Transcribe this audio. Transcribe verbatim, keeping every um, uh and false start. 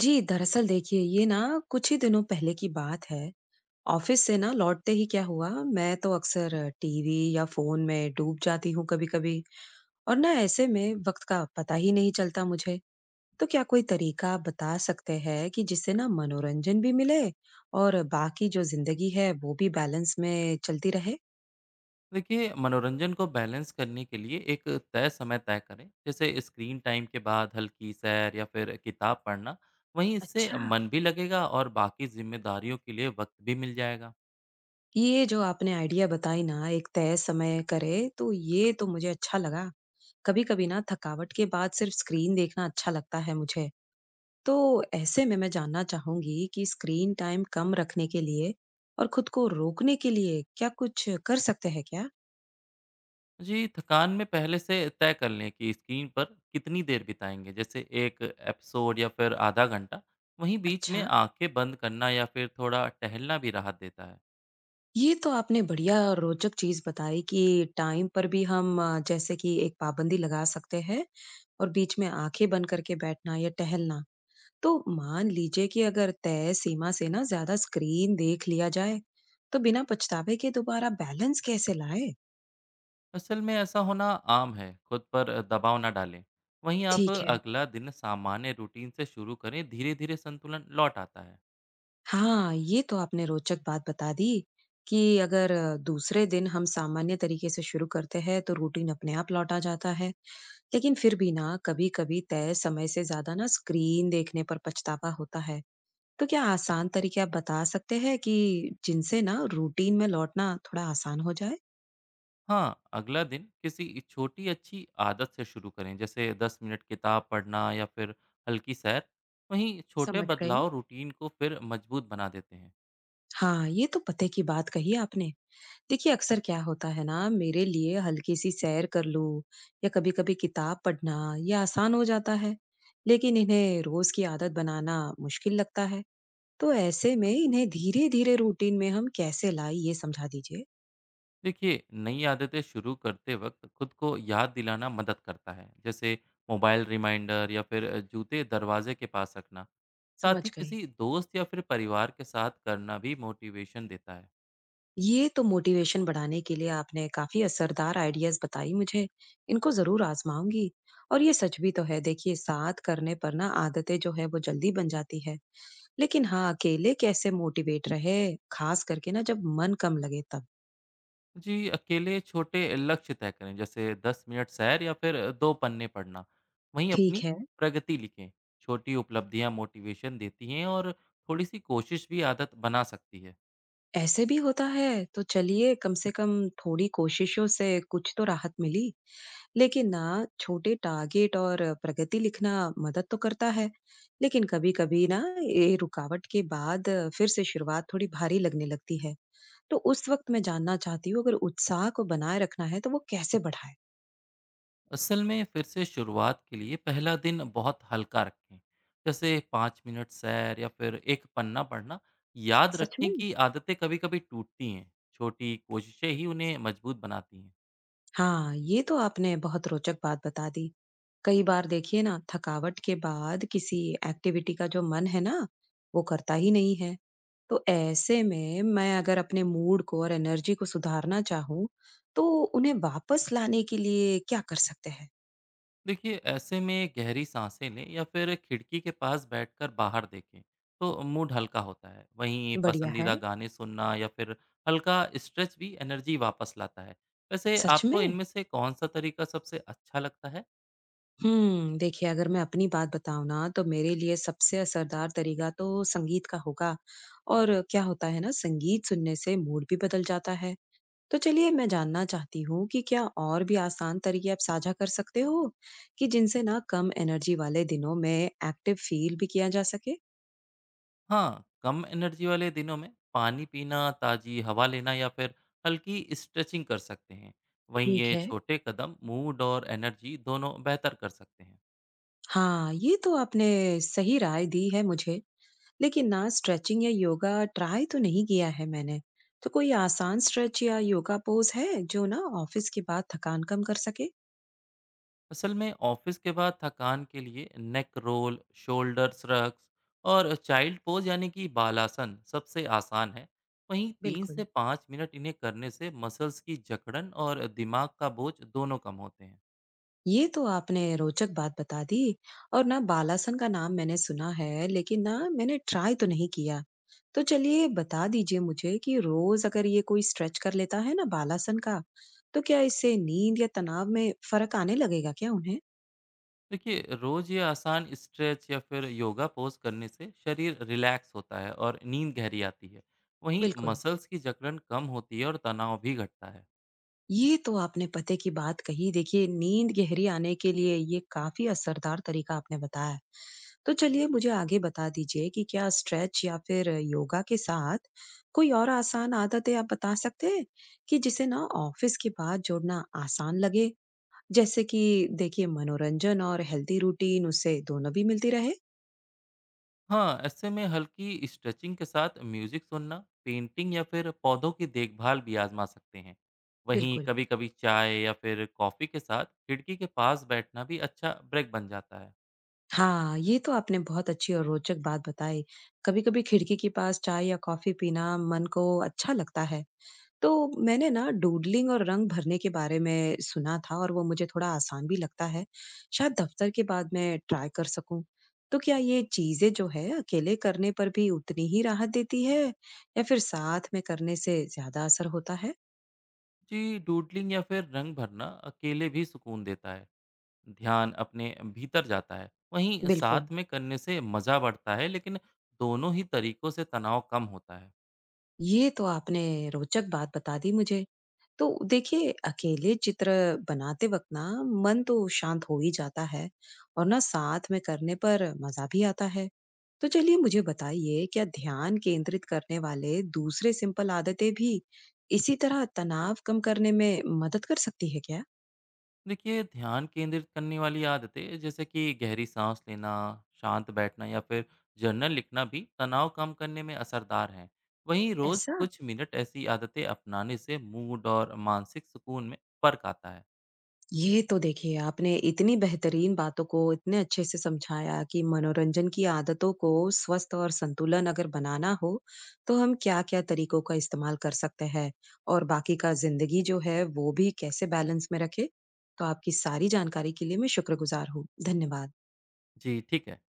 जी, दरअसल देखिए ये ना कुछ ही दिनों पहले की बात है। ऑफ़िस से ना लौटते ही क्या हुआ, मैं तो अक्सर टीवी या फ़ोन में डूब जाती हूँ कभी-कभी। और ना ऐसे में वक़्त का पता ही नहीं चलता मुझे। तो क्या कोई तरीका आप बता सकते हैं कि जिससे ना मनोरंजन भी मिले और बाकी जो ज़िंदगी है वो भी बैलेंस में चलती रहे? देखिए मनोरंजन को बैलेंस करने के लिए एक तय समय तय करें, जैसे स्क्रीन टाइम के बाद हल्की सैर या फिर किताब पढ़ना। वहीं इससे अच्छा। मन भी लगेगा और बाकी जिम्मेदारियों के लिए वक्त भी मिल जाएगा। ये जो आपने आइडिया बताई ना एक तय समय करे तो ये तो मुझे अच्छा लगा। कभी-कभी ना थकावट के बाद सिर्फ स्क्रीन देखना अच्छा लगता है मुझे। तो ऐसे में मैं जानना चाहूंगी कि स्क्रीन टाइम कम रखने के लिए और खुद को रोकने के लिए क्या कुछ कर सकते हैं क्या? जी, थकान में पहले से तय कर लें कि स्क्रीन पर कितनी देर बिताएंगे, जैसे एक एपिसोड या फिर आधा घंटा। वहीं बीच में अच्छा। आंखें बंद करना या फिर थोड़ा टहलना भी राहत देता है। ये तो आपने बढ़िया और रोचक चीज बताई कि टाइम पर भी हम अ, जैसे कि एक पाबंदी लगा सकते हैं और बीच में आंखें बंद करके बैठना या टहलना। तो मान लीजिए कि अगर तय सीमा से ना ज्यादा स्क्रीन देख लिया जाए तो बिना पछतावे के दोबारा बैलेंस कैसे लाए। असल में ऐसा होना आम है, खुद पर दबाव ना डालें। वहीं आप ठीक है। अगला दिन सामान्य रूटीन से शुरू करें, धीरे धीरे संतुलन लौट आता है। हाँ ये तो आपने रोचक बात बता दी कि अगर अ, दूसरे दिन हम सामान्य तरीके से शुरू करते हैं तो रूटीन अपने आप लौट आ जाता है। लेकिन फिर भी ना कभी कभी तय समय से ज्यादा ना स्क्रीन देखने पर पछतावा होता है। तो क्या आसान तरीके आप बता सकते हैं कि जिनसे ना रूटीन में लौटना थोड़ा आसान हो जाए। हाँ, अगला दिन किसी छोटी अच्छी आदत से शुरू करें, जैसे दस मिनट किताब पढ़ना या फिर हल्की सैर। वहीं छोटे समझ गई। बदलाव रूटीन को फिर मजबूत बना देते हैं। हाँ, ये तो पते की बात कही आपने। देखिए, अक्सर क्या होता है ना, मेरे लिए हल्की-सी सैर कर लूँ या कभी-कभी किताब पढ़ना, ये आसान हो जाता है। लेकिन इन्हें रोज़ की आदत बनाना मुश्किल लगता है। तो ऐसे में इन्हें धीरे-धीरे रूटीन में हम कैसे लाएँ, ये समझा दीजिए। देखिए, नई आदतें शुरू करते वक्त खुद को याद दिलाना मदद करता है, जैसे मोबाइल रिमाइंडर या फिर जूते दरवाजे के पास रखना। साथ समझ ही गई। किसी दोस्त या फिर परिवार के साथ करना भी मोटिवेशन देता है। ये तो मोटिवेशन बढ़ाने के लिए आपने काफ़ी असरदार आइडियाज़ बताई मुझे। इनको ज़रूर आज़माऊँगी। और ये सच भी तो है, देखिए, साथ करने पर ना आदतें जो है, वो जल्दी बन जाती है। लेकिन हाँ, अकेले कैसे मोटिवेट रहे, खास करके ना जब मन कम लगे तब। जी, अकेले छोटे लक्ष्य तय करें, जैसे दस मिनट सैर या फिर दो पन्ने पढ़ना। वहीं ठीक अपनी है, प्रगति लिखें, छोटी उपलब्धियां मोटिवेशन देती हैं और थोड़ी सी कोशिश भी आदत बना सकती है। ऐसे भी होता है, तो चलिए कम से कम थोड़ी कोशिशों से कुछ तो राहत मिली। लेकिन ना छोटे टारगेट और प्रगति लिखना मदद तो करता है, लेकिन कभी-कभी ना ये रुकावट के बाद फिर से शुरुआत थोड़ी भारी लगने लगती है। तो उस वक़्त मैं जानना चाहती हूँ अगर उत्साह को बनाए रखना है तो वो कैसे बढ़ाएँ? असल में फिर से शुरुआत के लिए पहला दिन बहुत हल्का रखें, जैसे पाँच मिनट सैर या फिर एक पन्ना पढ़ना। याद सच में? रखें कि आदतें कभी कभी टूटती हैं, छोटी कोशिशें ही उन्हें मजबूत बनाती हैं। हाँ ये तो आपने बहुत रोचक बात बता दी। कई बार देखिए ना थकावट के बाद किसी एक्टिविटी का जो मन है ना वो करता ही नहीं है। तो ऐसे में मैं अगर अपने मूड को और एनर्जी को सुधारना चाहूँ तो उन्हें वापस लाने के लिए क्या कर सकते हैं। देखिए, ऐसे में गहरी सांसें लें या फिर खिड़की के पास बैठकर बाहर देखें तो मूड हल्का होता है। वहीं बढ़िया है। पसंदीदा गाने सुनना या फिर हल्का स्ट्रेच भी एनर्जी वापस लाता है। वैसे सच आपको में। इनमें से कौन सा तरीका सबसे अच्छा लगता है? हम्म, देखिए अगर मैं अपनी बात बताऊं ना तो मेरे लिए सबसे असरदार तरीका तो संगीत का होगा। और क्या होता है ना संगीत सुनने से मूड भी बदल जाता है। तो चलिए मैं जानना चाहती हूँ कि क्या और भी आसान तरीके आप साझा कर सकते हो कि जिनसे ना कम एनर्जी वाले दिनों में एक्टिव फील भी किया जा सके। हाँ, कम एनर्जी वाले दिनों में पानी पीना, ताज़ी हवा लेना या फिर हल्की स्ट्रेचिंग कर सकते हैं। वहीं ठीक ये है। छोटे कदम मूड और एनर्जी दोनों बेहतर कर सकते हैं। हाँ ये तो आपने सही राय दी है मुझे। लेकिन ना स्ट्रेचिंग या योगा ट्राई तो नहीं किया है मैंने। तो कोई आसान स्ट्रेच या योगा पोज है जो ना ऑफिस के बाद थकान कम कर सके। असल में ऑफिस के बाद थकान के लिए नेक रोल, शोल्डर रक्स और चाइल्ड पोज यानी कि बालासन सबसे आसान है। वहीं तीन बिल्कुल। से पाँच मिनट इन्हें करने से मसल्स की जकड़न और दिमाग का बोझ दोनों कम होते हैं। ये तो आपने रोचक बात बता दी। और ना बालासन का नाम मैंने सुना है लेकिन ना मैंने ट्राई तो नहीं किया। तो चलिए बता दीजिए मुझे कि रोज अगर ये कोई स्ट्रेच कर लेता है ना बालासन का तो क्या इससे नींद या तनाव में फर्क आने लगेगा क्या उन्हें। देखिए, रोज ये आसान स्ट्रेच या फिर योगा पोज करने से शरीर रिलैक्स होता है और नींद गहरी आती है। वहीं बिल्कुल। मसल्स की जकड़न कम होती है और तनाव भी घटता है। ये तो आपने पते की बात कही। देखिए, नींद गहरी आने के लिए ये काफ़ी असरदार तरीका आपने बताया है। तो चलिए मुझे आगे बता दीजिए कि क्या स्ट्रेच या फिर योगा के साथ कोई और आसान आदतें आप बता सकते हैं कि जिसे ना ऑफिस के बाद जोड़ना आसान लगे? जैसे कि देखिए मनोरंजन और हेल्दी रूटीन उससे दोनों भी मिलती रहे। हाँ, ऐसे में हल्की स्ट्रेचिंग के साथ म्यूजिक सुनना, पेंटिंग या फिर पौधों की देखभाल भी आजमा सकते हैं। वहीं बिल्कुल। कभी कभी चाय या फिर कॉफ़ी के साथ खिड़की के पास बैठना भी अच्छा ब्रेक बन जाता है। हाँ, ये तो आपने बहुत अच्छी और रोचक बात बताई। कभी-कभी खिड़की के पास चाय या कॉफी पीना मन को अच्छा लगता है। तो मैंने ना डूडलिंग और रंग भरने के बारे में सुना था और वो मुझे थोड़ा आसान भी लगता है। शायद दफ्तर के बाद मैं ट्राई कर सकूं। तो क्या ये चीजें जो है अकेले करने पर भी उतनी ही राहत देती है या फिर साथ में करने से ज्यादा असर होता है? जी, डूडलिंग या फिर रंग भरना अकेले भी सुकून देता है, ध्यान अपने भीतर जाता है। वहीं बिल्कुल। साथ में करने से मज़ा बढ़ता है, लेकिन दोनों ही तरीकों से तनाव कम होता है। ये तो आपने रोचक बात बता दी मुझे। तो देखिए अकेले चित्र बनाते वक्त ना मन तो शांत हो ही जाता है और ना साथ में करने पर मजा भी आता है। तो चलिए मुझे बताइए क्या ध्यान केंद्रित करने वाले दूसरे सिंपल आदतें भी इसी तरह तनाव कम करने में मदद कर सकती है क्या। देखिए, ध्यान केंद्रित करने वाली आदतें जैसे कि गहरी सांस लेना, शांत बैठना या फिर जर्नल लिखना भी तनाव कम करने में असरदार हैं। वहीं रोज़ ऐसा? कुछ मिनट ऐसी आदतें अपनाने से मूड और मानसिक सुकून में फर्क आता है। ये तो देखिए, आपने इतनी बेहतरीन बातों को इतने अच्छे से समझाया कि मनोरंजन की आदतों को स्वस्थ और संतुलन अगर बनाना हो, तो हम क्या-क्या तरीकों का इस्तेमाल कर सकते हैं और बाकी का ज़िंदगी जो है, वो भी कैसे बैलेंस में रखें? तो आपकी सारी जानकारी के लिए मैं शुक्रगुज़ार हूँ। धन्यवाद। जी, ठीक है।